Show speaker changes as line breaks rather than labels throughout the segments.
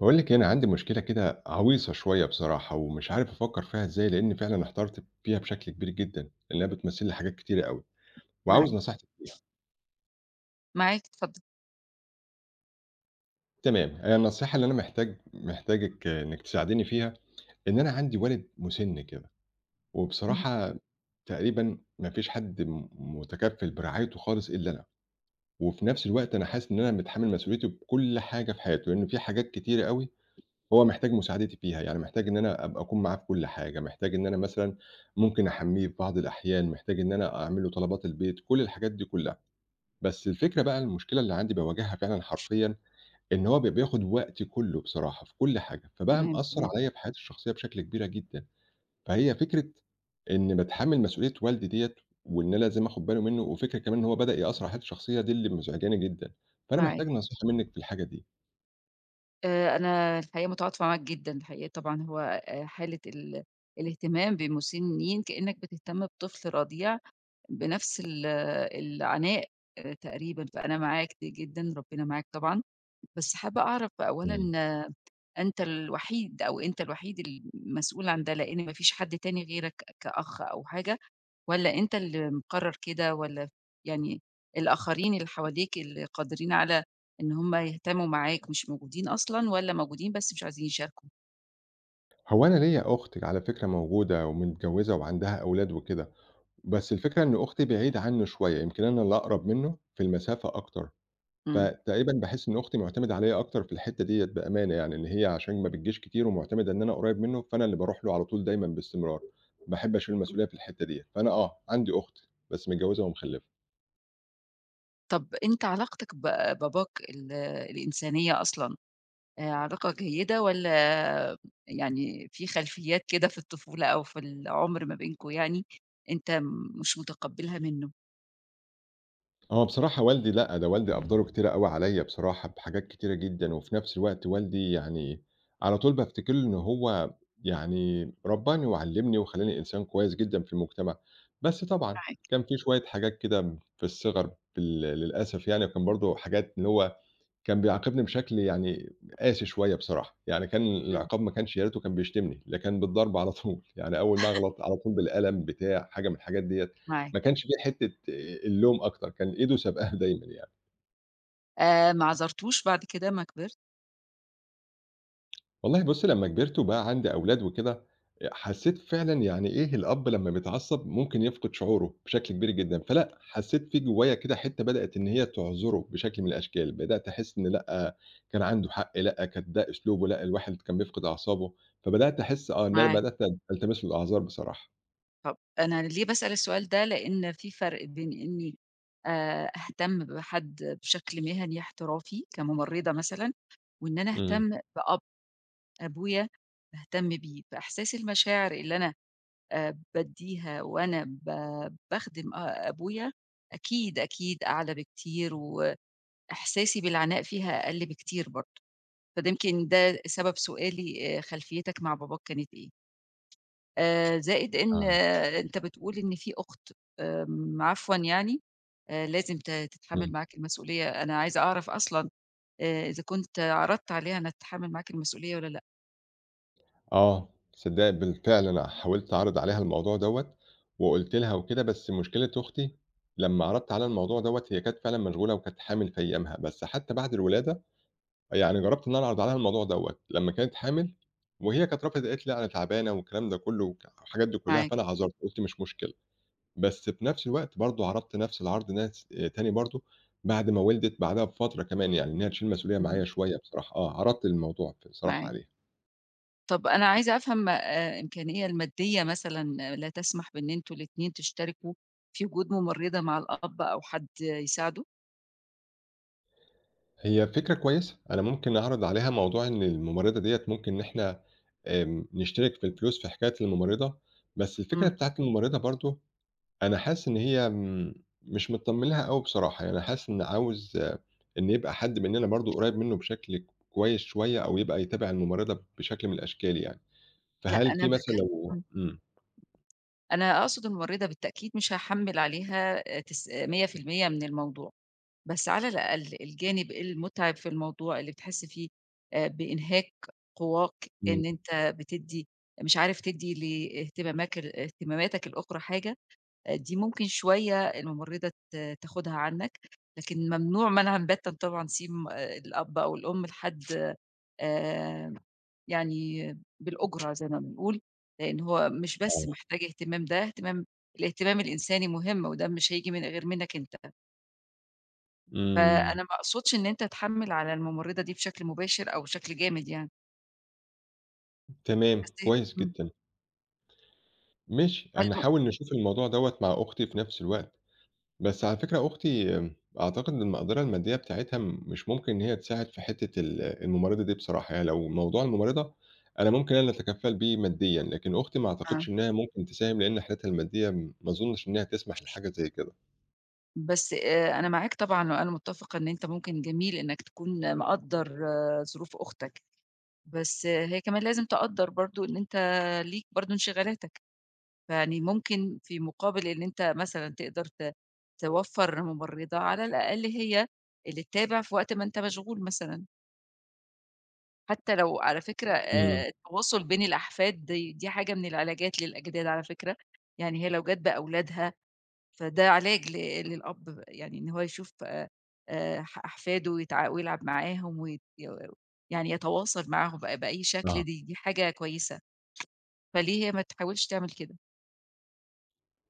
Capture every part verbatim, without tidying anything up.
باقول لِك إيه، أنا عندي مشكلة كده عويصة شوية بصراحة، ومش عارف أفكّر فيها إزاي، لإن فعلًا احترت فيها بشكل كبير جدًا، لإنها بتمثّل لي حاجات كتيرة أوي، وعاوز
معاكِ،
نصيحتِك فيها.
معاكِ اتفضّلي.
تمام، هي النصيحة اللي أنا محتاج محتاجِك آه، إنِّك تساعديني فيها، إن أنا عندي والد مُسِن كده،
اهم،
وبصراحة تقريبًا ما فيش حد م مُتكفّل برعايته خالص إلّا أنا، وفي نفس الوقت أنا حاسس إن أنا متحمّل مسؤوليته بكل حاجة في حياته، لإن في حاجات كتيرة أوي هو محتاج مساعدتي فيها، يعني محتاج إن أنا أبقى أكون معاه في كل حاجة، محتاج إن أنا مثلًا ممكن أحمّيه في بعض الأحيان، محتاج إن أنا أعمل له طلبات البيت، كل الحاجات دي كلها، بس الفكرة بقى المشكلة اللي عندي باواجهها فعلًا حرفيًا، إن هو بيبقى بياخد وقتي كله بصراحة في كل حاجة، فبقى
تمام،
مأثّر
تمام،
عليَّ في حياتي الشخصية بشكل كبيرة جدًا، فهي فكرة إني باتحمّل مسؤولية والدي ديّة وإن أنا لازم آخد بالي منه، وفكرة كمان إن هو بدأ يأثّر على حياتي الشخصية دي اللي مزعجاني جدًا، فأنا
معاك.
محتاج نصيحة منِّك في الحاجة دي.
آآ أنا الحقيقة متعاطفة معاك جدًا الحقيقة، طبعًا هو آآ حالة ال الاهتمام بمسنّين كإنّك بتهتم بطفل رضيع بنفس ال العناء آآ تقريبًا، فأنا معاك دي جدًا، ربنا معاك طبعًا. بس حابّة أعرف أولًا
إمم.
آه، أنت الوحيد أو أنت الوحيد المسؤول عن ده، لإن ما فيش حد تاني غيرك كأخ أو حاجة؟ والّا أنت اللي مقرّر كده والّا يعني الآخرين اللي حواليك اللي قادرين على إن هم يهتموا معاك مش موجودين أصلًا والّا موجودين بس مش عايزين يشاركوا؟
هو أنا ليّا أخت على فكرة موجودة ومتجوّزة وعندها أولاد وكده، بس الفكرة إن أختي بعيدة عنّه شوية، يمكن أنا اللي أقرب منّه في المسافة أكتر،
إمم.
فتقريبًا باحس إن أختي معتمدة عليّا أكتر في الحتّة ديّة بأمانة يعني، إن هي عشان ما بتجيش كتير ومعتمدة إن أنا قريّب منّه، فأنا اللي باروح له على طول دايمًا باستمرار، باحب أشيل المسؤولية في الحتّة ديّة، فأنا آه، عندي أخت بس متجوّزة ومخلّفة.
طب أنت علاقتك ب باباك ال الإنسانية أصلًا آآ علاقة جيدة والّا يعني في خلفيات كده في الطفولة أو في العُمر ما بينكم، يعني أنت م- مش متقبّلها منّه؟
هو بصراحة والدي لأ، ده والدي أقداره كتيرة أوي عليَّ بصراحة بحاجات كتيرة جدًا، وفي نفس الوقت والدي يعني على طول بافتكر له إن هو يعني ربّاني وعلّمني وخلّاني إنسان كويس جدًا في المجتمع، بس طبعًا
معاك.
كان في شوية حاجات كده في الصغر بال للأسف يعني، وكان برضه حاجات اللي هو كان بيعاقبني بشكل يعني قاسي شوية بصراحة، يعني كان
إمم،
العقاب ما كانش يا ريته كان بيشتمني، ده كان بالضرب على طول، يعني أول ما أغلط على طول بالقلم بتاع، حاجة من الحاجات ديّة،
معاك.
ما كانش في حتّة اللوم أكتر، كان إيده سابقاها دايمًا يعني.
آآ ما عذرتوش بعد كده أمّا كبرت؟
والله بُصّي، لمّا كبرت وبقى عندي أولاد وكده، آآ حسّيت فعلًا يعني إيه الأب لمّا بيتعصّب ممكن يفقد شعوره بشكل كبير جدًا، فلأ، حسّيت في جوّايا كده حتّة بدأت إن هي تعذره بشكل من الأشكال، بدأت أحس إن لأ، كان عنده حق، لأ، كان ده أسلوبه، لأ، الواحد كان بيفقد أعصابه، فبدأت أحس آه، إن أنا
معاك.
بدأت ألتمس له الأعذار بصراحة.
طب أنا ليه باسأل السؤال ده؟ لإن في فرق بين إني آآ أهتم بحد بشكل مهني احترافي كممرضة مثلًا، وإن أنا
إمم.
أهتم بأب أبويا، باهتم بيه، فإحساس المشاعر اللي أنا آآ بادّيها وأنا ب باخدم أ أبويا أكيد، أكيد أعلى بكتير، وإحساسي بالعناء فيها أقل بكتير برضه، فده يمكن ده سبب سؤالي آآ خلفيتك مع باباك كانت إيه. آآ زائد إن
آه،
آه، أنت بتقول إن في أخت، آمم عفوًا يعني آآ لازم ت تتحمّل
إمم.
معاك المسؤولية، أنا عايزة أعرف أصلًا آآ إذا كنت عرضت عليها إنها تتحمّل معاك المسؤولية والّا لأ؟
آه، تصدّقي بالفعل أنا حاولت أعرض عليها الموضوع دوّة، وقُلت لها وكده، بس مشكلة أختي لمّا عرضت عليها الموضوع دوّة هي كانت فعلًا مشغولة وكانت حامل في أيامها، بس حتى بعد الولادة يعني جرّبت إن أنا أعرض عليها الموضوع دوّة، لمّا كانت حامل وهي كانت رافضة قالت لي: "لأ أنا تعبانة." والكلام ده كلّه وك والحاجات دي كلّها،
معاك،
فأنا عذرت قُلت مش مشكلة، بس في نفس الوقت برضه عرضت نفس العرض ناس آآ تاني برضه بعد ما وِلدت بعدها بفترة كمان يعني إنها تشيل مسؤولية
اهم،
معايا شوية بصراحة، آه، عرضت الموضوع بصراحة
معاك.
عليها.
طَب أنا عايزة أفهم آآ الإمكانية المادية مثلًا، آه، لا تسمح بإن أنتم الاتنين تشتركوا في وجود ممرّضة مع الأب أو حد يساعده؟
هي فكرة كويسة، أنا ممكن أعرض عليها موضوع إن الممرضة ديّة ممكن إن إحنا آمم، نشترك في الفلوس في حكاية الممرضة، بس الفكرة
إمم.
بتاعة الممرضة برضه أنا حاسس إن هي امم، مش متطمن لها أوي بصراحة، يعني أنا حاسس إن عاوز آه، إن يبقى حد مننا برضه قريب منه بشكل كويس شوية، أو يبقى يتابع الممرضة بشكل من الأشكال يعني،
لأ
فهل
أنا
في مثلًا
باتكلم.
لو
إمم.
إمم،
أنا أقصد الممرّضة بالتأكيد مش هاحمّل عليها آآ تس مية في المية من الموضوع. بس على الأقل الجانب المُتعِب في الموضوع اللي بتحس فيه آآ بإنهاك قواك،
إمم،
إن أنت بتدّي، مش عارف تدّي لاهتماماك ال اهتماماتك الأخرى حاجة، آه، دي ممكن شوية الممرّضة ت تاخدها عنّك، لكن ممنوع منعًا باتًا طبعًا سيب آآ الأب أو الأم لحد آآ يعني بالأُجرة زي ما بنقول، لإن هو مش
آه،
بس محتاج اهتمام، ده اهتمام الاهتمام الإنساني مهم، وده مش هييجي من غير منّك أنت.
إمم،
فأنا ما أقصدش إن أنت تحمّل على الممرضة دي بشكل مباشر أو بشكل جامد يعني،
تمام،
بس
كويس
إمم،
جدًا، ماشي،
هل م
هنحاول نشوف الموضوع دوّة مع أختي في نفس الوقت. بس على فكرة أختي آمم، أعتقد إن المقدرة المادية بتاعتها م- مش ممكن إن هي تساعد في حتّة ال الممرضة دي بصراحة، يعني لو موضوع الممرضة أنا ممكن أنا اللي أتكفّل بيه ماديًا، لكن أختي ما
آه،
أعتقدش إنها ممكن تساهم لإن حالتها المادية م ما أظنش إنها تسمح لحاجة زي كده.
بس آآ، أنا معاك طبعًا وأنا متّفقة إن أنت ممكن، جميل إنك تكون مقدّر ظروف أختك، بس هي كمان لازم تقدّر برضه إن أنت ليك برضه انشغالاتك، فيعني ممكن في مقابل إن أنت مثلًا تقدر ت توفّر ممرضة، على الأقل هي اللي تتابع في وقت ما أنت مشغول مثلًا. حتى لو على فكرة
إمم،
آآ التواصل بين الأحفاد، دي دي حاجة من العلاجات للأجداد على فكرة، يعني هي لو جات بأولادها فده علاج ل للأب، يعني إن هو يشوف آآ ح أحفاده ويتع ويلعب معاهم ويت يعني يتواصل معاهم بأ بأي شكل،
آه.
دي دي حاجة كويسة، فليه هي ما تحاولش تعمل كده؟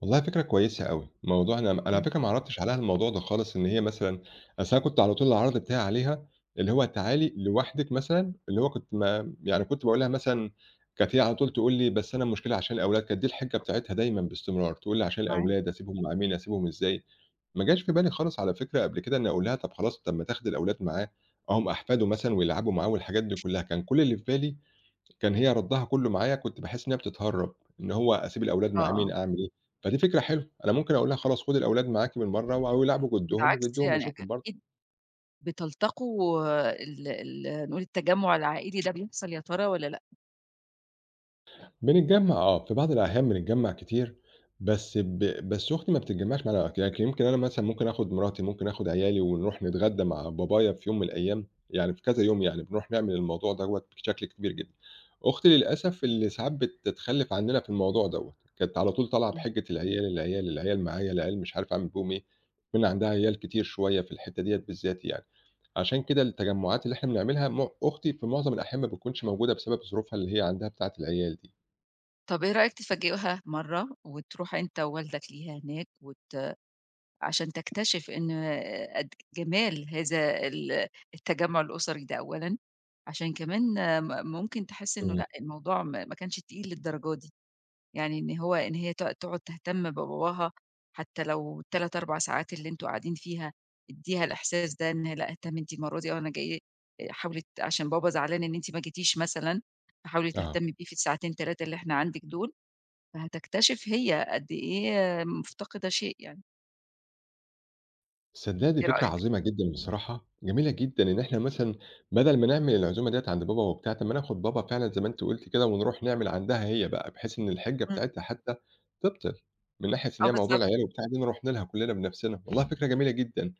والله فكرة كويسة أوي، موضوع أنا أنا على
إمم،
فكرة ما عرضتش عليها الموضوع ده خالص، إن هي مثلًا أصل أنا كنت على طول العرض بتاعي عليها اللي هو تعالي لوحدِك مثلًا، اللي هو كنت ما يعني كنت باقول لها مثلًا كانت هي على طول تقول لي: "بس أنا المشكلة عشان الأولاد." كانت دي الحجة بتاعتها دايمًا باستمرار، تقول لي: "عشان
معاك.
الأولاد، أسيبهم مع مين، أسيبهم إزاي؟" ما جاش في بالي خالص على فكرة قبل كده إني أقول لها طب خلاص، طب ما تاخد الأولاد معاه، أهُم أحفاده مثلًا ويلعبوا معاه والحاجات دي كلها، كان كل اللي في بالي كان هي ردّها كلّه معايا كنت باحس إن هي بتتهرّب، إن هو أسيب الأولاد
آه،
مع مين،
آه،
أعمل إيه، فدي فكرة حلوة، أنا ممكن أقول لها خلاص خدي الأولاد معاكِ بالمرّة وأو يلعبوا جدّهم
بالعكس،
وجدّهم
يعني
يشوفهم برضه.
أكيد بتلتقوا، آه، ال ال نقول التجمُّع العائلي ده بيحصل يا ترى والّا
بنتجمّع آه، في بعض الأحيان بنتجمّع كتير، بس ب بس أختي ما بتتجمّعش معانا لكن يمكن أنا مثلًا ممكن آخُد مراتي، ممكن آخُد عيالي ونروح نتغدى مع بابايا في يوم من الأيام، يعني في كذا يوم يعني بنروح نعمل الموضوع دوّة بشكل كبير جدًا. أختي للأسف اللي ساعات بتتخلِّف عنّنا في الموضوع دوّة، كانت على طول طالعة
لأ؟
بحِجّة العيال، العيال، العيال معايا، العيال مش عارف أعمل بيهم إيه، كان عندها عيال كتير شوية في الحتّة ديّة بالذات يعني. عشان كده التجمُّعات اللي إحنا بنعملها م أختي في معظم الأحيان ما بتكونش موجودة بسبب ظروفها اللي هي عندها بتاعة العيال دي.
طب إيه رأيك تفاجئها مرّة وتروح أنت ووالدك ليها هناك وت عشان تكتشف إن قد جمال هذا ال التجمُّع الأسري ده أولًا، عشان كمان م ممكن تحس إنه
إمم،
لأ، الموضوع ما ما كانش تقيل للدرجة دي، يعني إن هو إن هي تق تقعد تهتم بباباها حتى لو ثلاث، أربع ساعات اللي أنتم قاعدين فيها، ادّيها الإحساس ده، إن لأ اهتمي أنتِ المرّة دي، آه أنا جاي، حاولي ت عشان بابا زعلان إن أنتِ ما جيتيش مثلًا، فحاولي
آه،
تهتمي بيه في الساعتين ثلاث اللي إحنا عندِك دول، فهتكتشف هي قد إيه مفتقدة شيء يعني،
تصدّقي دي
إيه
فكرة
رأيك؟
عظيمة جدًا بصراحة، جميلة جدًا إن إحنا مثلًا بدل ما نعمل العزومة ديّة عند بابا وبتاع، طب ما ناخد بابا فعلًا زي ما أنتِ قُلتِ كده ونروح نعمل عندها هي بقى، بحيث إن الحِجة
إمم،
بتاعتها حتى تبطل، من ناحية إن
آه
هي موضوع
بالضبط.
العيال وبتاع دي نروح لها كلّنا بنفسنا، والله فكرة جميلة جدًا.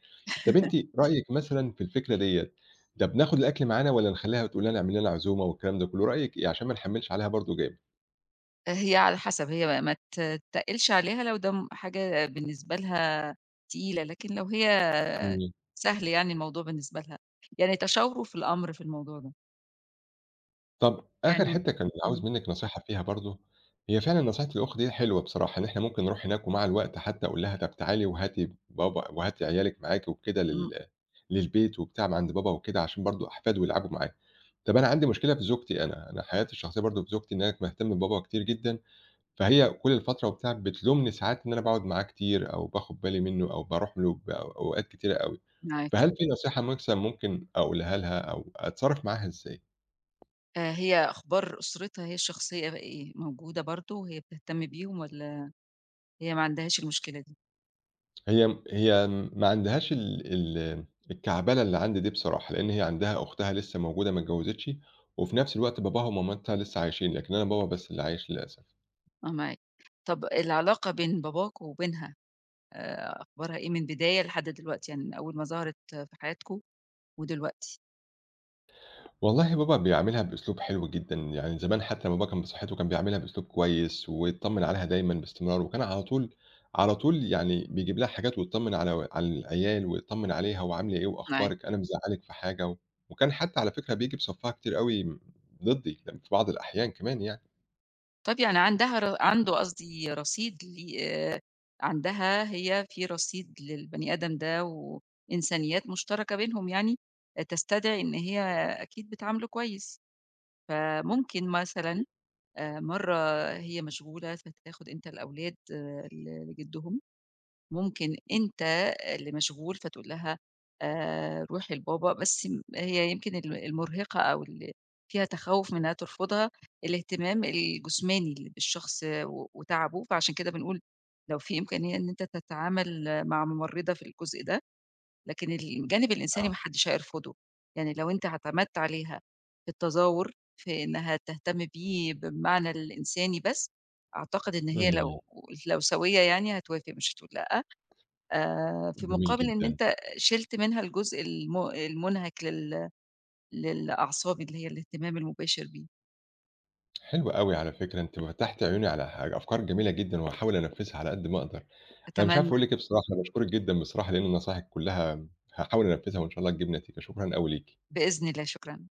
طب أنتِ رأيِك مثلًا في الفكرة ديّة، طب ناخد الأكل معانا والّا نخلّيها تقول لنا اعملي لنا عزومة والكلام ده كلّه، رأيِك إيه عشان ما نحمّلش عليها برضه جامد؟
هي على حسب، هي ما ما تتقّلش عليها لو ده م حاجة بالنسبة لها تقيلة، لكن لو هي
إمم.
سهل يعني الموضوع بالنسبة لها، يعني تشاوروا في الأمر في الموضوع ده،
طب
يعني
آخر
إمم،
حتّة كان
إمم،
عاوز منِّك نصيحة فيها برضه، هي فعلًا نصيحة الأخ دي حلوة بصراحة، إن إحنا ممكن نروح هناك ومع الوقت حتى أقول لها طب تعالي وهاتي بابا وهاتي عيالِك معاكِ وكده
إمم،
لل للبيت وبتاع ما عند بابا وكده، عشان برضه أحفاده يلعبوا معاه. طب أنا عندي مشكلة في زوجتي أنا، أنا حياتي الشخصية برضه في زوجتي إن أنا باهتم ببابا كتير جدًا، فهي كل فترة وبتاع بتلومني ساعات إن أنا باقعد معاه كتير أو باخد بالي منه أو باروح له بأوقات كتيرة أوي،
معاك.
فهل في نصيحة مثلًا ممكن أقولها لها أو أتصرّف معاها إزاي؟
آآ هي أخبار أسرتها هي الشخصية بقى إيه، موجودة برضه وهي بتهتم بيهم، والّا هي ما عندهاش المشكلة دي؟
هي م هي ما عندهاش ال ال الكعبلة اللي عندي دي بصراحة، لإن هي عندها أختها لسه موجودة ما اتجوّزتش، وفي نفس الوقت باباها ومامتها لسه عايشين، لكن أنا بابا بس اللي عايش للأسف.
آه معاك، طب العلاقة بين باباك وبينها آآ أخبارها إيه من بداية لحد دلوقتي، يعني من أول ما ظهرت في حياتكم ودلوقتي؟
والله بابا بيعملها بأسلوب حلو جدًا، يعني زمان حتى لمّا بابا كان بصحته كان بيعملها بأسلوب كويس، ويتطمن عليها دايمًا باستمرار، وكان على طول على طول يعني بيجيب لها حاجات ويتطمن على على العيال ويتطمن عليها وعاملة إيه
أيوه.
وأخبارِك، أنا مزعّلِك في حاجة؟ وكان حتى على فكرة بييجي بصفّها كتير أوي ضدّي، ل في بعض الأحيان كمان يعني.
طب يعني عندها ر عنده، قصدي، رصيد، ل آآ عندها هي في رصيد للبني آدم ده، وإنسانيات مشتركة بينهم يعني، آه، تستدعي إن هي أكيد بتعامله كويس، فممكن مثلًا آآ مرّة هي مشغولة، فتاخد أنت الأولاد آه، ل لجدهم، ممكن أنت اللي مشغول، فتقول لها آآ روحي لبابا، بس م هي يمكن ال المرهقة، أو اللي فيها تخوُّف من إنها ترفضها، الاهتمام الجسماني ل بالشخص و وتعبه، فعشان كده بنقول لو في إمكانية إن أنت تتعامل مع ممرضة في الجزء ده، لكن الجانب الإنساني ما حدش هيرفضه، يعني لو أنت اعتمدت عليها في التظاهر، في إنها تهتم بيه بالمعنى الإنساني بس، أعتقد إن هي
إمم،
لو لو سوية يعني هتوافق، مش هتقول لأ. آآ، في
جميل
مقابل إن
جدًا،
أنت شِلت منها الجزء الم المُنهك لل للأعصاب اللي هي الاهتمام المباشر بيه.
حلو أوي على فكرة، أنتِ فتحتِ عيوني على حاجة أفكار جميلة جدًا وهاحاول أنفّذها على قد ما أقدر، أنا مش عارف
أتمنى.
أقول لِك إيه بصراحة، أنا باشكرِك جدًا بصراحة لإن نصايحِك كلّها هاحاول أنفّذها وإن شاء الله تجيب نتيجة، شكرًا أوي ليكِ.
بإذن الله، شكرًا.